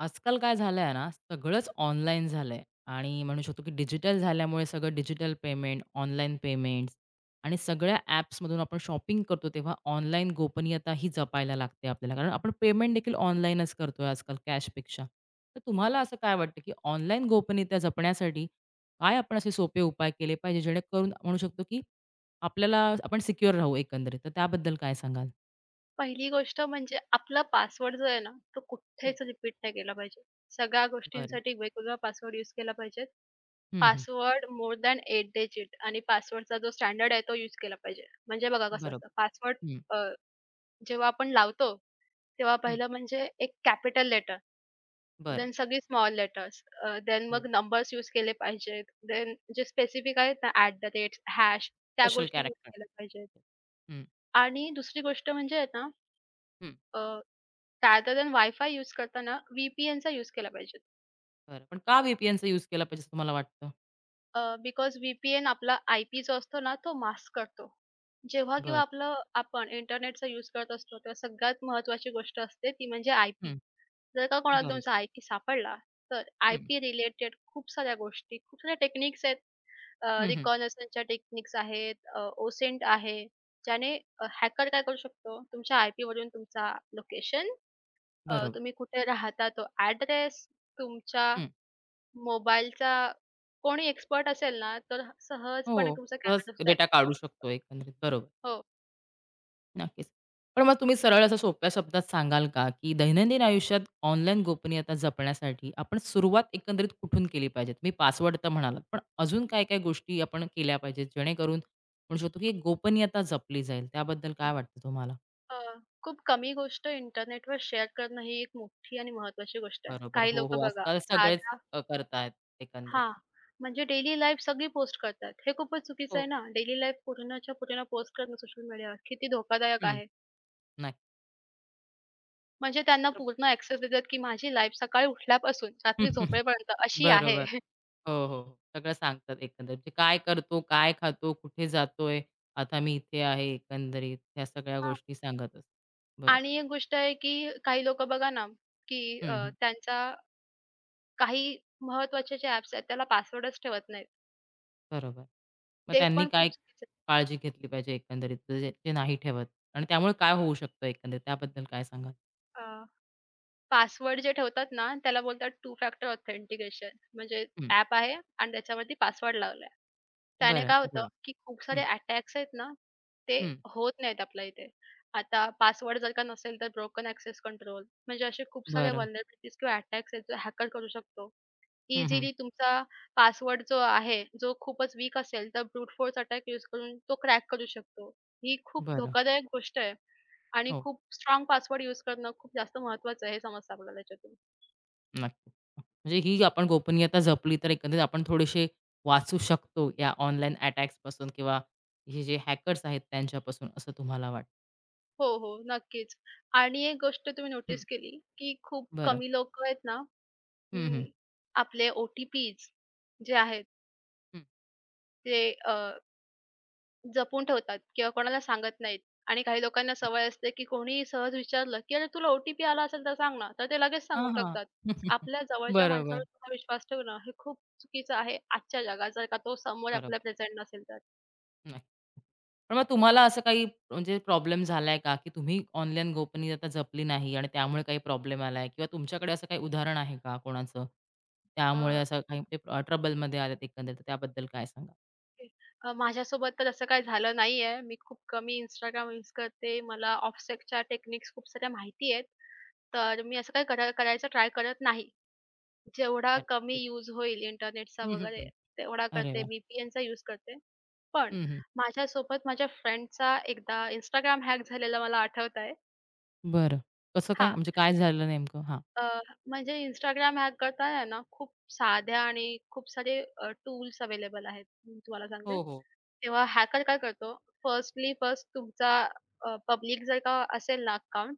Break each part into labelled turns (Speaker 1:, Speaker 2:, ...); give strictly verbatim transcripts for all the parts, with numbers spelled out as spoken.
Speaker 1: आजकाल काय झालंय ना, सगळंच ऑनलाईन झालंय आणि म्हणू शकतो की डिजिटल झाल्यामुळे सगळं डिजिटल पेमेंट, ऑनलाईन पेमेंट्स आणि सगळ्या ॲप्समधून आपण शॉपिंग करतो, तेव्हा ऑनलाईन गोपनीयता ही जपायला लागते आपल्याला. कारण आपण पेमेंट देखील ऑनलाईनच करतोय आजकाल कॅशपेक्षा. तर तुम्हाला असं काय वाटतं, की ऑनलाईन गोपनीयता जपण्यासाठी काय आपण असे सोपे उपाय केले पाहिजे, जेणेकरून म्हणू शकतो की आपल्याला आपण सिक्युअर राहू एकंदरीत? तर त्याबद्दल काय सांगाल?
Speaker 2: पहिली गोष्ट म्हणजे आपला पासवर्ड जो आहे ना, तो
Speaker 1: हं.
Speaker 2: कुठेच रिपीट नाही केला पाहिजे. सगळ्या
Speaker 1: बरं.
Speaker 2: गोष्टींसाठी वेगवेगळा पासवर्ड यूज केला पाहिजे.
Speaker 1: हं, हं.
Speaker 2: पासवर्ड मोर दॅन आठ डिजिट आणि पासवर्डचा जो स्टँडर्ड आहे तो यूज केला पाहिजे. म्हणजे बघा कसं असतं
Speaker 1: बरोबर.
Speaker 2: पासवर्ड
Speaker 1: हं,
Speaker 2: अ, जेव्हा आपण लावतो, तेव्हा
Speaker 1: हं.
Speaker 2: पहिलं म्हणजे एक कॅपिटल लेटर,
Speaker 1: बरं.
Speaker 2: देन सगळी स्मॉल लेटर्स, अ, देन मग
Speaker 1: हो.
Speaker 2: नंबर्स यूज केले पाहिजेत. देन जे स्पेसिफिक आहेत ना ॲट द रेट, हॅश त्या
Speaker 1: स्पेशल
Speaker 2: गोष्टी यूज
Speaker 1: कॅरेक्टर.
Speaker 2: केल्या पाहिजेत.
Speaker 1: हं,
Speaker 2: आणि दुसरी गोष्ट म्हणजे आहे ना,
Speaker 1: हं.
Speaker 2: अ, साधारण वायफाय यूज करताना व्ही-पी-एनचा यूज केला पाहिजे.
Speaker 1: बरं. पण का व्ही-पी-एनचा यूज केला पाहिजे असं तुम्हाला वाटतं?
Speaker 2: अ, बिकॉज व्ही आपला आय-पी जो असतो ना तो मास्क करतो. जेव्हा किंवा
Speaker 1: बरं.
Speaker 2: आपलं आपण इंटरनेटचा यूज करत असतो तेव्हा सगळ्यात महत्वाची गोष्ट असते ती म्हणजे आय-पी.
Speaker 1: हं.
Speaker 2: जर का कोणाला
Speaker 1: बरोबर.
Speaker 2: तुमचा आय-पी सापडला तर
Speaker 1: हं.
Speaker 2: आय-पी रिलेटेड खूप साऱ्या गोष्टी, खूप साऱ्या टेक्निक्स आहेत.
Speaker 1: हं, हं.
Speaker 2: अ, टेक्निक्स आहेत, ओसेंट आहे. ज्याने हॅकर काय करू शकतो तुमच्या आय-पीवरून तुमचा लोकेशन,
Speaker 1: बरोबर.
Speaker 2: तुम्ही कुठे राहता तो ॲड्रेस, तुमच्या
Speaker 1: हं.
Speaker 2: मोबाईलचा कोणी एक्सपर्ट असेल ना, तर
Speaker 1: हो.
Speaker 2: सहजपणे तुमचा कॅमेरा
Speaker 1: सहज
Speaker 2: सुद्धा
Speaker 1: डेटा
Speaker 2: ॲक्सेस करू
Speaker 1: काढू शकतो
Speaker 2: शकतो.
Speaker 1: एकंदरीत. बरोबर.
Speaker 2: हो.
Speaker 1: नक्कीच. पण मग तुम्ही सरळ असं सोप्या शब्दात सांगाल का, की दैनंदिन आयुष्यात ऑनलाईन गोपनीयता जपण्यासाठी आपण सुरुवात एकंदरीत कुठून केली पाहिजे? तुम्ही पासवर्ड तर म्हणालात, पण अजून काय-काय गोष्टी आपण केल्या पाहिजेत जेणेकरून म्हणू शकतो, की एक गोपनीयता जपली जाईल? त्याबद्दल काय वाटतं तुम्हाला?
Speaker 2: अ, खूप कमी गोष्ट इंटरनेटवर शेअर करणं ही एक मोठी आणि महत्त्वाची गोष्ट आहे.
Speaker 1: बरोबर.
Speaker 2: काही
Speaker 1: हो, हो.
Speaker 2: लोकं बघा
Speaker 1: आजकाल सगळेच
Speaker 2: साधा
Speaker 1: अ, करतायत एकंदरीत.
Speaker 2: हां, म्हणजे डेली लाईफ सगळी पोस्ट करतात. हे खूपच चुकीचं आहे
Speaker 1: हो.
Speaker 2: ना. डेली लाईफ पूर्णच्या पूर्ण पोस्ट करणं सोशल मीडियावर किती धोकादायक
Speaker 1: हं.
Speaker 2: आहे.
Speaker 1: नाही.
Speaker 2: म्हणजे त्यांना
Speaker 1: तर
Speaker 2: पूर्ण ॲक्सेस देतात, की माझी लाईफ सकाळी उठल्यापासून रात्री झोपेपर्यंत अशी आहे.
Speaker 1: बरोबर. हो, हो, हो. सगळं सांगतात एकंदरीत. म्हणजे काय करतो, काय खातो, कुठे जातोय, आता मी इथे आहे एकंदरीत ह्या सगळ्या
Speaker 2: हां.
Speaker 1: गोष्टी सांगत असतात. बरोबर.
Speaker 2: आणि एक गोष्ट आहे, की काही लोकं बघा ना, की
Speaker 1: हं,
Speaker 2: अ,
Speaker 1: हं.
Speaker 2: त्यांचा काही महत्त्वाचे जे ॲप्स आहेत त्याला पासवर्डच ठेवत नाहीत.
Speaker 1: बरोबर. मग
Speaker 2: ते
Speaker 1: त्यांनी
Speaker 2: पण खूप
Speaker 1: काय
Speaker 2: चुकीचं आहे.
Speaker 1: काळजी घेतली पाहिजे एकंदरीत जे ते नाही ठेवत आणि त्यामुळे काय होऊ शकतं एकंदरीत त्याबद्दल काय सांगाल?
Speaker 2: अ, पासवर्ड जे ठेवतात ना, त्याला बोलतात टू फॅक्टर ऑथेंटिकेशन. म्हणजे
Speaker 1: हं.
Speaker 2: ॲप आहे आणि त्याच्यावरती पासवर्ड लावलाय. त्याने
Speaker 1: बरं.
Speaker 2: काय
Speaker 1: अरे
Speaker 2: होतं,
Speaker 1: वाह!
Speaker 2: की खूप
Speaker 1: हं,
Speaker 2: सारे अटॅक्स आहेत ना, ते
Speaker 1: हं.
Speaker 2: होत नाहीत आपल्या इथे. आता पासवर्ड जर का नसेल तर ब्रोकन ॲक्सेस कंट्रोल म्हणजे असे खूप साऱ्या
Speaker 1: बरं.
Speaker 2: व्हलनेरबिलिटीज किंवा अटॅक्स आहेत, जे हॅकर करू शकतो.
Speaker 1: हं, हं.
Speaker 2: इझिली तुमचा पासवर्ड जो आहे, जो खूपच वीक असेल, तर ब्रूट फोर्स अटॅक यूज करून तो क्रॅक करू शकतो. ही खूप
Speaker 1: बरं.
Speaker 2: धोकादायक गोष्ट आहे आणि
Speaker 1: हो.
Speaker 2: खूप स्ट्रॉंग पासवर्ड यूज करणं खूप जास्त महत्त्वाचं आहे, हे समजतं आपल्याला याच्यातून.
Speaker 1: नक्की. म्हणजे ही आपण गोपनीयता जपली तर एकंदरीत आपण थोडेसे वाचू शकतो या ऑनलाईन अटॅक्सपासून किंवा हे जे हॅकर्स आहेत त्यांच्यापासून असं तुम्हाला वाटतं.
Speaker 2: हो, हो, नक्कीच. आणि एक गोष्ट तुम्ही
Speaker 1: हं,
Speaker 2: नोटीस केली, की खूप
Speaker 1: बरं.
Speaker 2: कमी लोकं आहेत ना,
Speaker 1: हं, हं,
Speaker 2: अं, आपले ओ-टी-पीज जे आहेत
Speaker 1: हं.
Speaker 2: ते जपून ठेवतात किंवा कोणाला सांगत नाहीत आणि काही लोकांना सवय असते, की कोणीही सहज विचारलं, की "अरे तुला ओ-टी-पी आला असेल तर सांग ना." तर ते लगेच
Speaker 1: हां,
Speaker 2: सांगून
Speaker 1: हां.
Speaker 2: टाकतात. आपल्या जवळच्या माणसावर
Speaker 1: बरोबर,
Speaker 2: स्वतः विश्वास ठेवणं हे खूप चुकीचं आहे आजच्या जगात जर का तो समोर
Speaker 1: बरोबर.
Speaker 2: आपल्या प्रेझेंट नसेल तर.
Speaker 1: नक्की. पण मग तुम्हाला असं काही म्हणजे प्रॉब्लेम झालाय का, की तुम्ही ऑनलाईन गोपनीयता जपली नाही आणि त्यामुळे काही प्रॉब्लेम आलाय किंवा तुमच्याकडे असं काही उदाहरण आहे का कोणाचं?
Speaker 2: अ,
Speaker 1: त्यामुळे असं काही ते ट्रबलमध्ये आलेत एकंदरीत, तर त्याबद्दल काय सांगाल?
Speaker 2: ते अ, माझ्यासोबत तर असं काही झालं नाहीये. मी खूप कमी Instagram यूज करते. मला ऑफसेटच्या टेक्निक्स खूप साऱ्या माहिती आहेत. तर मी असं काही करा करायचं ट्राय करत नाही. जेवढा कमी
Speaker 1: अरे,
Speaker 2: यूज होईल इंटरनेटचा
Speaker 1: हं, हं,
Speaker 2: वगैरे,
Speaker 1: हं.
Speaker 2: तेवढा
Speaker 1: अरे
Speaker 2: करते.
Speaker 1: वाह!
Speaker 2: VPNचा यूज करते. पण
Speaker 1: हं, हं.
Speaker 2: माझ्यासोबत माझ्या फ्रेंडचा एकदा Instagram हॅक झालेला मला आठवतंय.
Speaker 1: बरं. कसं काय?
Speaker 2: हां,
Speaker 1: म्हणजे काय झालं नेमकं? हां.
Speaker 2: अ, म्हणजे Instagram हॅक करताना ना, खूप साध्या आणि खूप सारे टूल्स अवेलेबल आहेत. मी तुम्हाला सांगते.
Speaker 1: हो, हो.
Speaker 2: तेव्हा हॅकर काय करतो, फर्स्टली फर्स्ट तुमचा पब्लिक जर का असेल ना अकाउंट,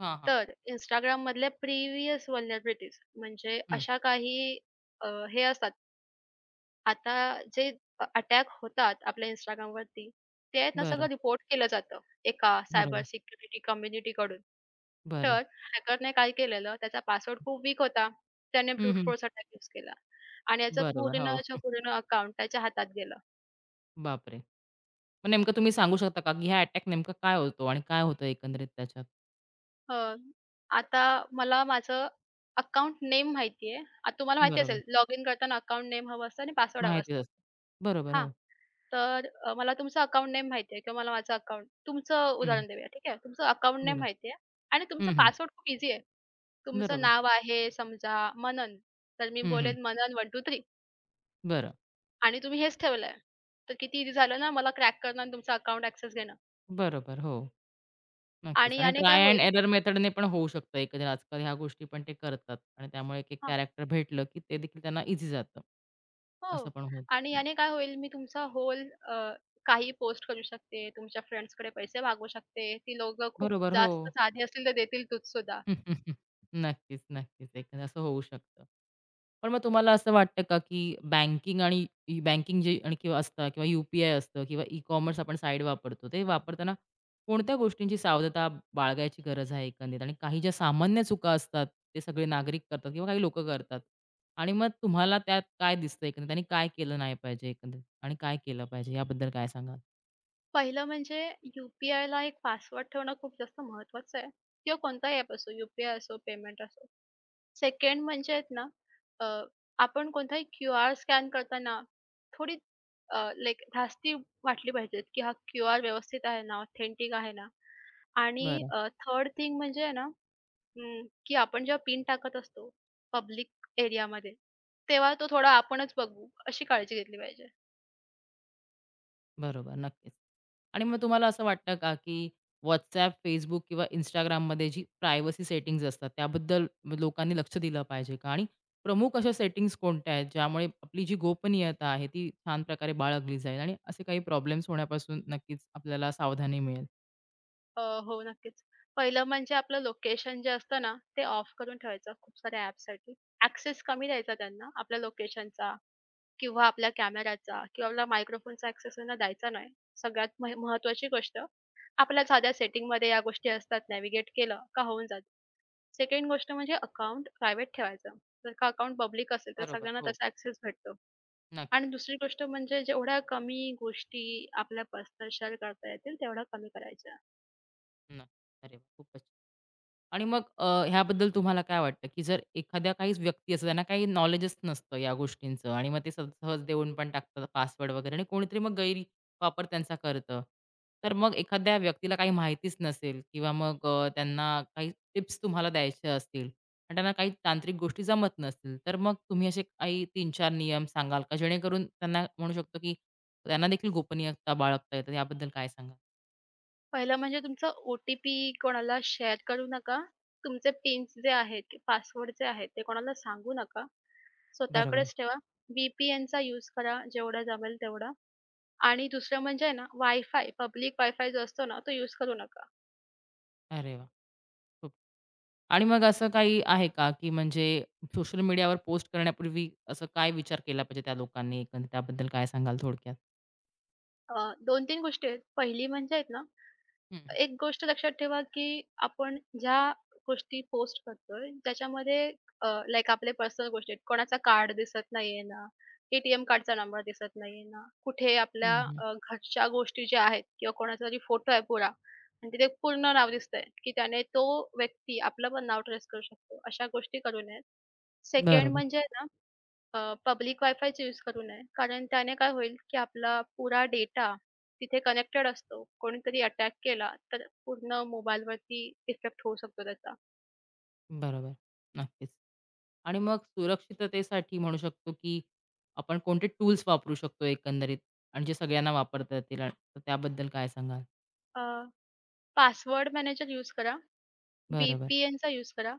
Speaker 1: हां, हां.
Speaker 2: तर Instagramमधले प्रिव्हियस व्हलनरॅबिलिटीज म्हणजे
Speaker 1: हं.
Speaker 2: अशा काही अ, हे असतात आता जे अ अटॅक होतात आपल्या Instagramवरती, ते आहेत ना
Speaker 1: बरं.
Speaker 2: सगळं रिपोर्ट केलं जातं एका सायबर
Speaker 1: बरोबर.
Speaker 2: सिक्युरिटी कम्युनिटीकडून.
Speaker 1: बरं.
Speaker 2: तर हॅकरने काय केलेलं, त्याचा पासवर्ड खूप वीक होता. त्याने
Speaker 1: हं,
Speaker 2: ब्रूट
Speaker 1: हं.
Speaker 2: फोर्स अटॅक यूज केला आणि याचं
Speaker 1: बरोबर. हो.
Speaker 2: पूर्णच्या पूर्ण अकाउंट त्याच्या हातात गेलं.
Speaker 1: बापरे! मग नेमकं तुम्ही सांगू शकता का, की हा अटॅक नेमका काय होतो आणि काय होतं एकंदरीत त्याच्यात?
Speaker 2: हं, आता मला माझं अकाउंट नेम माहिती. आता तुम्हाला माहिती
Speaker 1: बरोबर.
Speaker 2: असेल लॉगिन करताना अकाउंट नेम हवं असतं आणि पासवर्ड हवा
Speaker 1: माहिती
Speaker 2: असतं.
Speaker 1: असते. बरोबर.
Speaker 2: हां,
Speaker 1: हो.
Speaker 2: तर अ, मला तुमचा अकाउंट नेम माहिती आहे किंवा मला माझं अकाउंट तुमचं
Speaker 1: हं.
Speaker 2: उदाहरण देऊया, ठीक आहे. तुमचं अकाउंट नेम
Speaker 1: बरं.
Speaker 2: माहिती आहे आणि तुमचा
Speaker 1: हं, हं.
Speaker 2: पासवर्ड खूप ईझी आहे. तुमचं
Speaker 1: बरोबर.
Speaker 2: नाव आहे समजा मनन, तर मी
Speaker 1: हं, हं.
Speaker 2: बोलेन मनन एक, दोन, तीन
Speaker 1: बरं.
Speaker 2: आणि तुम्ही हेच ठेवलंय. तर किती ईझी झालं ना मला क्रॅक करणं आणि तुमचा अकाउंट ॲक्सेस घेणं.
Speaker 1: बरोबर. हो. नक्कीच.
Speaker 2: आणि
Speaker 1: आणि
Speaker 2: याने काय
Speaker 1: ट्राय अँड
Speaker 2: होईल
Speaker 1: एरर मेथडने पण होऊ शकतं एकंदरीत. आजकाल ह्या गोष्टी पण ते करतात आणि त्यामुळे एक
Speaker 2: हां,
Speaker 1: कॅरेक्टर भेटलं, की ते देखील त्यांना ईझी जातं.
Speaker 2: हो
Speaker 1: असं पण होतं.
Speaker 2: आणि याने काय होईल मी तुमचा होल काही पोस्ट करू शकते, तुमच्या फ्रेंड्सकडे पैसे मागवू शकते. ती लोकं खूप
Speaker 1: बरोबर, हो.
Speaker 2: जास्त साधी असतील तर देतील तूच सुद्धा.
Speaker 1: नक्कीच, नक्कीच. एखादं असं होऊ शकतं. पण मग तुम्हाला असं वाटतं का, की बँकिंग आणि ई बँकिंग जे आणि किंवा असतं किंवा यू-पी-आय असतं किंवा ई-कॉमर्स आपण साईट वापरतो, ते वापरताना कोणत्या गोष्टींची सावधता बाळगायची गरज आहे एकंदरीत? आणि काही ज्या सामान्य चुका असतात, ते सगळे नागरिक करतात किंवा काही लोकं करतात. आणि मग तुम्हाला त्यात काय दिसतं एकंदरीत आणि काय केलं नाही पाहिजे एकंदरीत आणि काय केलं पाहिजे याबद्दल काय सांगाल?
Speaker 2: पहिलं म्हणजे यू ला आयला एक पासवर्ड ठेवणं खूप जास्त महत्त्वाचं आहे किंवा कोणताही ॲप असो, यू-पी-आय असो, पेमेंट असो. सेकंड म्हणजे आहेत ना, अ, आपण कोणताही क्यूआर स्कॅन करताना थोडी अ, लाइक धास्ती वाटली पाहिजे, की हा क्यूआर व्यवस्थित आहे ना, ऑथेंटिक आहे ना. आणि थर्ड थिंग म्हणजे आहे ना, अं, की आपण जेव्हा पिन टाकत असतो पब्लिक एरियामध्ये, तेव्हा तो थोडा आपणच बघू, अशी काळजी घेतली पाहिजे.
Speaker 1: बरोबर, नक्कीच. आणि मग तुम्हाला असं वाटतं का, की WhatsApp, Facebook किंवा Instagramमध्ये जी प्रायव्हसी सेटिंग्ज असतात, त्याबद्दल लोकांनी लक्ष दिलं पाहिजे का? आणि प्रमुख अशा सेटिंग्ज कोणत्या आहेत, ज्यामुळे आपली जी गोपनीयता आहे, ती छान प्रकारे बाळगली जाईल आणि असे काही प्रॉब्लेम्स होण्यापासून नक्कीच आपल्याला सावधानी मिळेल?
Speaker 2: अ, हो, नक्कीच. पहिलं म्हणजे आपलं लोकेशन जे असतं ना, ते ऑफ करून ठेवायचं खूप साऱ्या ॲप्ससाठी. ॲक्सेस कमी द्यायचा त्यांना आपल्या लोकेशनचा किंवा आपल्या कॅमेराचा किंवा आपला मायक्रोफोनचा ॲक्सेस त्यांना द्यायचा नाही. सगळ्यात मह महत्त्वाची गोष्ट, आपल्या साध्या सेटिंगमध्ये या गोष्टी असतात, नॅव्हिगेट केलं का होऊन जातं. सेकंड गोष्ट म्हणजे अकाउंट प्रायव्हेट ठेवायचं. जर का अकाउंट पब्लिक असेल तर
Speaker 1: बरोबर.
Speaker 2: सगळ्यांना
Speaker 1: हो.
Speaker 2: त्याचा ॲक्सेस भेटतो.
Speaker 1: नक्की,
Speaker 2: आणि दुसरी गोष्ट म्हणजे जेवढ्या कमी गोष्टी आपल्या पर्सनल शेअर करता येतील, तेवढ्या कमी करायच्या.
Speaker 1: नक्की. अरे वाह! खूपच छान. आणि मग अ, ह्याबद्दल तुम्हाला काय वाटतं, की जर एखाद्या काहीच व्यक्ती असतात, त्यांना काही नॉलेजच नसतं या गोष्टींचं आणि मग ते सहज सहज देऊन पण टाकतात पासवर्ड वगैरे आणि कोणीतरी मग गैरवापर त्यांचा करतं. तर मग एखाद्या व्यक्तीला काही माहितीच नसेल किंवा मग अ, त्यांना काही टिप्स तुम्हाला द्यायच्या असतील आणि त्यांना काही तांत्रिक गोष्टी जमत नसतील, तर मग तुम्ही असे काही तीन चार नियम सांगाल का? जेणेकरून त्यांना म्हणू शकतो, की त्यांना देखील गोपनीयता बाळगता येते. याबद्दल काय सांगाल?
Speaker 2: पहिलं म्हणजे तुमचा ओ-टी-पी कोणाला शेअर करू नका. तुमचे पिन्स जे आहेत, की पासवर्ड जे आहेत, ते कोणाला सांगू नका.
Speaker 1: बरोबर.
Speaker 2: स्वतःकडेच ठेवा. व्ही-पी-एनचा यूज करा जेवढा जमेल तेवढा. आणि दुसरं म्हणजे आहे ना, वाय-फाय, पब्लिक वाय जो असतो ना, तो यूज करू नका.
Speaker 1: अरे वाह! आणि मग असं काही आहे का, की म्हणजे सोशल मीडियावर पोस्ट करण्यापूर्वी असं काय विचार केला पाहिजे त्या लोकांनी एकंदरीत त्याबद्दल काय सांगाल थोडक्यात?
Speaker 2: अ, दोन तीन गोष्टी आहेत. पहिली म्हणजे आहेत ना,
Speaker 1: हं, हं.
Speaker 2: एक गोष्ट लक्षात ठेवा, की आपण ज्या गोष्टी पोस्ट करतोय त्याच्यामध्ये अ, लाइक आपले पर्सनल गोष्टी आहेत. कोणाचा कार्ड दिसत नाहीये ना, एटीएम कार्डचा नंबर दिसत नाहीये ना, कुठे आपल्या
Speaker 1: हं, हं.
Speaker 2: अ, घरच्या गोष्टी ज्या आहेत किंवा कोणाचा तरी फोटो आहे पुरा आणि तिथे पूर्ण नाव दिसतंय, की त्याने तो व्यक्ती आपलं पण नाव ट्रेस करू शकतो. अशा गोष्टी करू नयेत. सेकंड
Speaker 1: बरोबर.
Speaker 2: म्हणजे अ, पब्लिक वायफायचा यूज करू नये. कारण त्याने काय होईल, की आपला पुरा डेटा तिथे कनेक्टेड असतो. कोणीतरी अटॅक केला तर पूर्ण मोबाईलवरती इफेक्ट होऊ शकतो त्याचा.
Speaker 1: बरोबर. नक्कीच. आणि मग सुरक्षिततेसाठी म्हणू शकतो, की आपण कोणते टूल्स वापरू शकतो एकंदरीत आणि जे सगळ्यांना वापरता येतील आणि तर त्याबद्दल काय सांगाल?
Speaker 2: अ, पासवर्ड मॅनेजर यूज करा.
Speaker 1: बरोबर.
Speaker 2: व्ही-पी-एनचा यूज करा.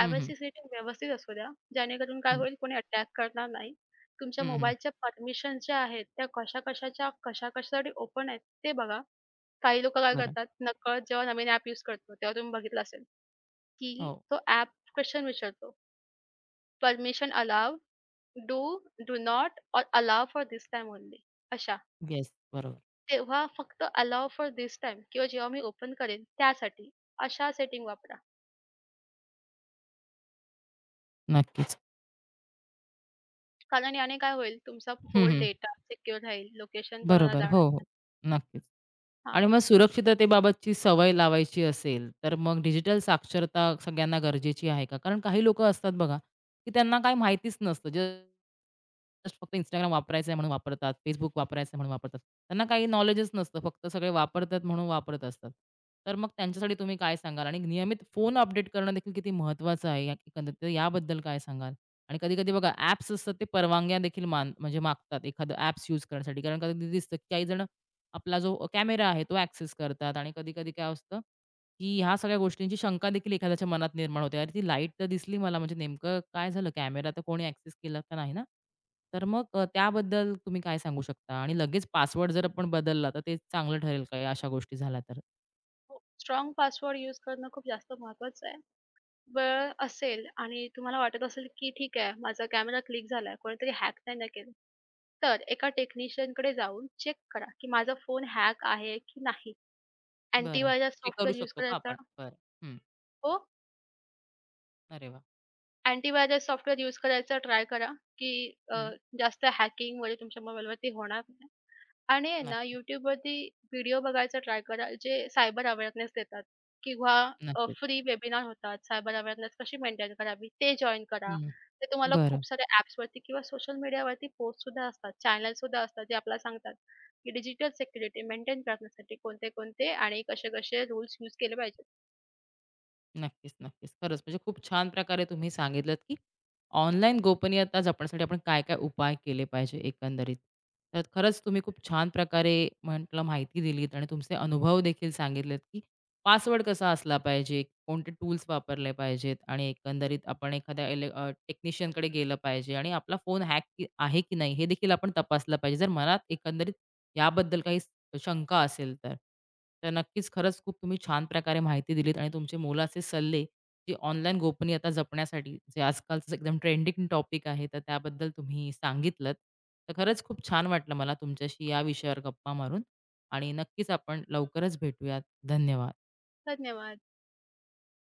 Speaker 1: हं, हं.
Speaker 2: सेटिंग व्यवस्थित असू द्या. जेणेकरून काय
Speaker 1: हं.
Speaker 2: होईल कोणी अटॅक करणार नाही. तुमच्या
Speaker 1: हं, हं.
Speaker 2: मोबाईलच्या परमिशन्स ज्या आहेत त्या कशा-कशाच्या कशा-कशासाठी ओपन आहेत ते बघा. काही लोकं काय
Speaker 1: बरं.
Speaker 2: करतात नकळत जेव्हा नवीन ॲप यूज करतो, तेव्हा तुम्ही बघितलं असेल, की
Speaker 1: हो.
Speaker 2: तो ॲप क्वेशन विचारतो. Permission allow, do, do not or allow for this time only अशा.
Speaker 1: येस. बरोबर.
Speaker 2: तेव्हा फक्त अलाव फॉर धिस टाईम किंवा जेव्हा मी ओपन करेन त्यासाठी अशा सेटिंग वापरा.
Speaker 1: नक्कीच.
Speaker 2: कारण याने काय होईल तुमचा
Speaker 1: हं,
Speaker 2: होल
Speaker 1: हं.
Speaker 2: डेटा सिक्युअर राहील. लोकेशन कोणाला
Speaker 1: बरोबर.
Speaker 2: जाणार
Speaker 1: हो, हो.
Speaker 2: नाही.
Speaker 1: नक्कीच. आणि
Speaker 2: हां.
Speaker 1: मग सुरक्षिततेबाबतची सवय लावायची असेल, तर मग डिजिटल साक्षरता सगळ्यांना गरजेची आहे का? कारण काही लोकं असतात बघा, की त्यांना काही माहितीच नसतं. जस्ट फक्त Instagram वापरायचं आहे म्हणून वापरतात, Facebook वापरायचं आहे म्हणून वापरतात. त्यांना काही नॉलेजच नसतं. फक्त सगळे वापरतात म्हणून वापरत असतात. तर मग त्यांच्यासाठी तुम्ही काय सांगाल? आणि नियमित फोन अपडेट करणं देखील किती महत्त्वाचं आहे या एकंदरीत, तर याबद्दल काय सांगाल? आणि कधी-कधी बघा ॲप्स असतात ते परवानग्या देखील मान म्हणजे मागतात एखादं ॲप्स यूज करण्यासाठी. कारण कधी दिसतं की काही जण आपला जो कॅमेरा आहे तो ॲक्सेस करतात आणि कधी-कधी काय असतं, की ह्या सगळ्या गोष्टींची शंका देखील एखाद्याच्या मनात निर्माण होते. "अरे, ती लाईट तर दिसली मला, म्हणजे नेमकं काय झालं? कॅमेरा तर कोणी ॲक्सेस केला तर नाही ना?" तर मग अ, त्याबद्दल तुम्ही काय सांगू शकता? आणि लगेच पासवर्ड जर आपण बदलला तर ते चांगलं ठरेल का या अशा गोष्टी झाल्या तर?
Speaker 2: हो. स्ट्राँग पासवर्ड यूज करणं खूप जास्त महत्त्वाचं आहे. वेळ असेल आणि तुम्हाला वाटत असेल की ठीक आहे माझा कॅमेरा क्लिक झालाय, कोणीतरी हॅक तर नाही ना केलं. तर एका टेक्निशियनकडे जाऊन चेक करा की माझा फोन हॅक आहे की नाही.
Speaker 1: बरं.
Speaker 2: अँटीव्हायरस
Speaker 1: ते करू
Speaker 2: सॉफ्टवेअर यूज
Speaker 1: शकतो का
Speaker 2: करायचा
Speaker 1: आपण? बरं. हं.
Speaker 2: हो,
Speaker 1: अरे वाह!
Speaker 2: अँटीव्हायरस सॉफ्टवेअर यूज करायचा ट्राय करा, की अ,
Speaker 1: हं.
Speaker 2: जास्त हॅकिंग वगैरे तुमच्या मोबाईलवरती होणार नाही. आणि आहे ना
Speaker 1: नक्की,
Speaker 2: YouTubeवरती व्हिडिओ बघायचा ट्राय करा, जे सायबर अवेअरनेस देतात किंवा अ,
Speaker 1: नक्कीच.
Speaker 2: फ्री वेबिनार होतात, सायबर अवेअरनेस कशी मेंटेन करावी ते जॉइन करा.
Speaker 1: हं.
Speaker 2: ते तुम्हाला
Speaker 1: बरं.
Speaker 2: खूप साऱ्या ॲप्सवरती किंवा सोशल मीडियावरती पोस्टसुद्धा असतात, चॅनल्ससुद्धा असतात, जे आपल्याला सांगतात, की डिजिटल सिक्युरिटी मेंटेन करण्यासाठी कोणते-कोणते आणि कसे-कसे रूल्स यूज केले पाहिजेत.
Speaker 1: नक्कीच, नक्कीच. खरंच म्हणजे खूप छान प्रकारे तुम्ही सांगितलत, की ऑनलाईन गोपनीयता जपण्यासाठी आपण काय-काय उपाय केले पाहिजे एकंदरीत. तर खरंच तुम्ही खूप छान प्रकारे म्हटलं माहिती दिलीत आणि तुमचे अनुभव देखील सांगितलेत, की पासवर्ड कसा असला पाहिजे, कोणते टूल्स वापरले पाहिजेत आणि एकंदरीत आपण एखाद्या इले टेक्निशियनकडे गेलं पाहिजे आणि आपला फोन हॅक की आहे की नाही हे देखील आपण तपासलं पाहिजे. जर मला एकंदरीत याबद्दल काही शंका असेल तर. तर नक्कीच खरंच खूप तुम्ही छान प्रकारे माहिती दिलीत आणि तुमचे मोलाचे सल्ले, जे ऑनलाईन गोपनीयता जपण्यासाठी जे आजकालचं एकदम ट्रेंडिंग टॉपिक आहे, तर त्याबद्दल तुम्ही सांगितलत. तर खरंच खूप छान वाटलं मला तुमच्याशी या विषयावर गप्पा मारून आणि नक्कीच आपण लवकरच भेटूयात. धन्यवाद.
Speaker 2: धन्यवाद.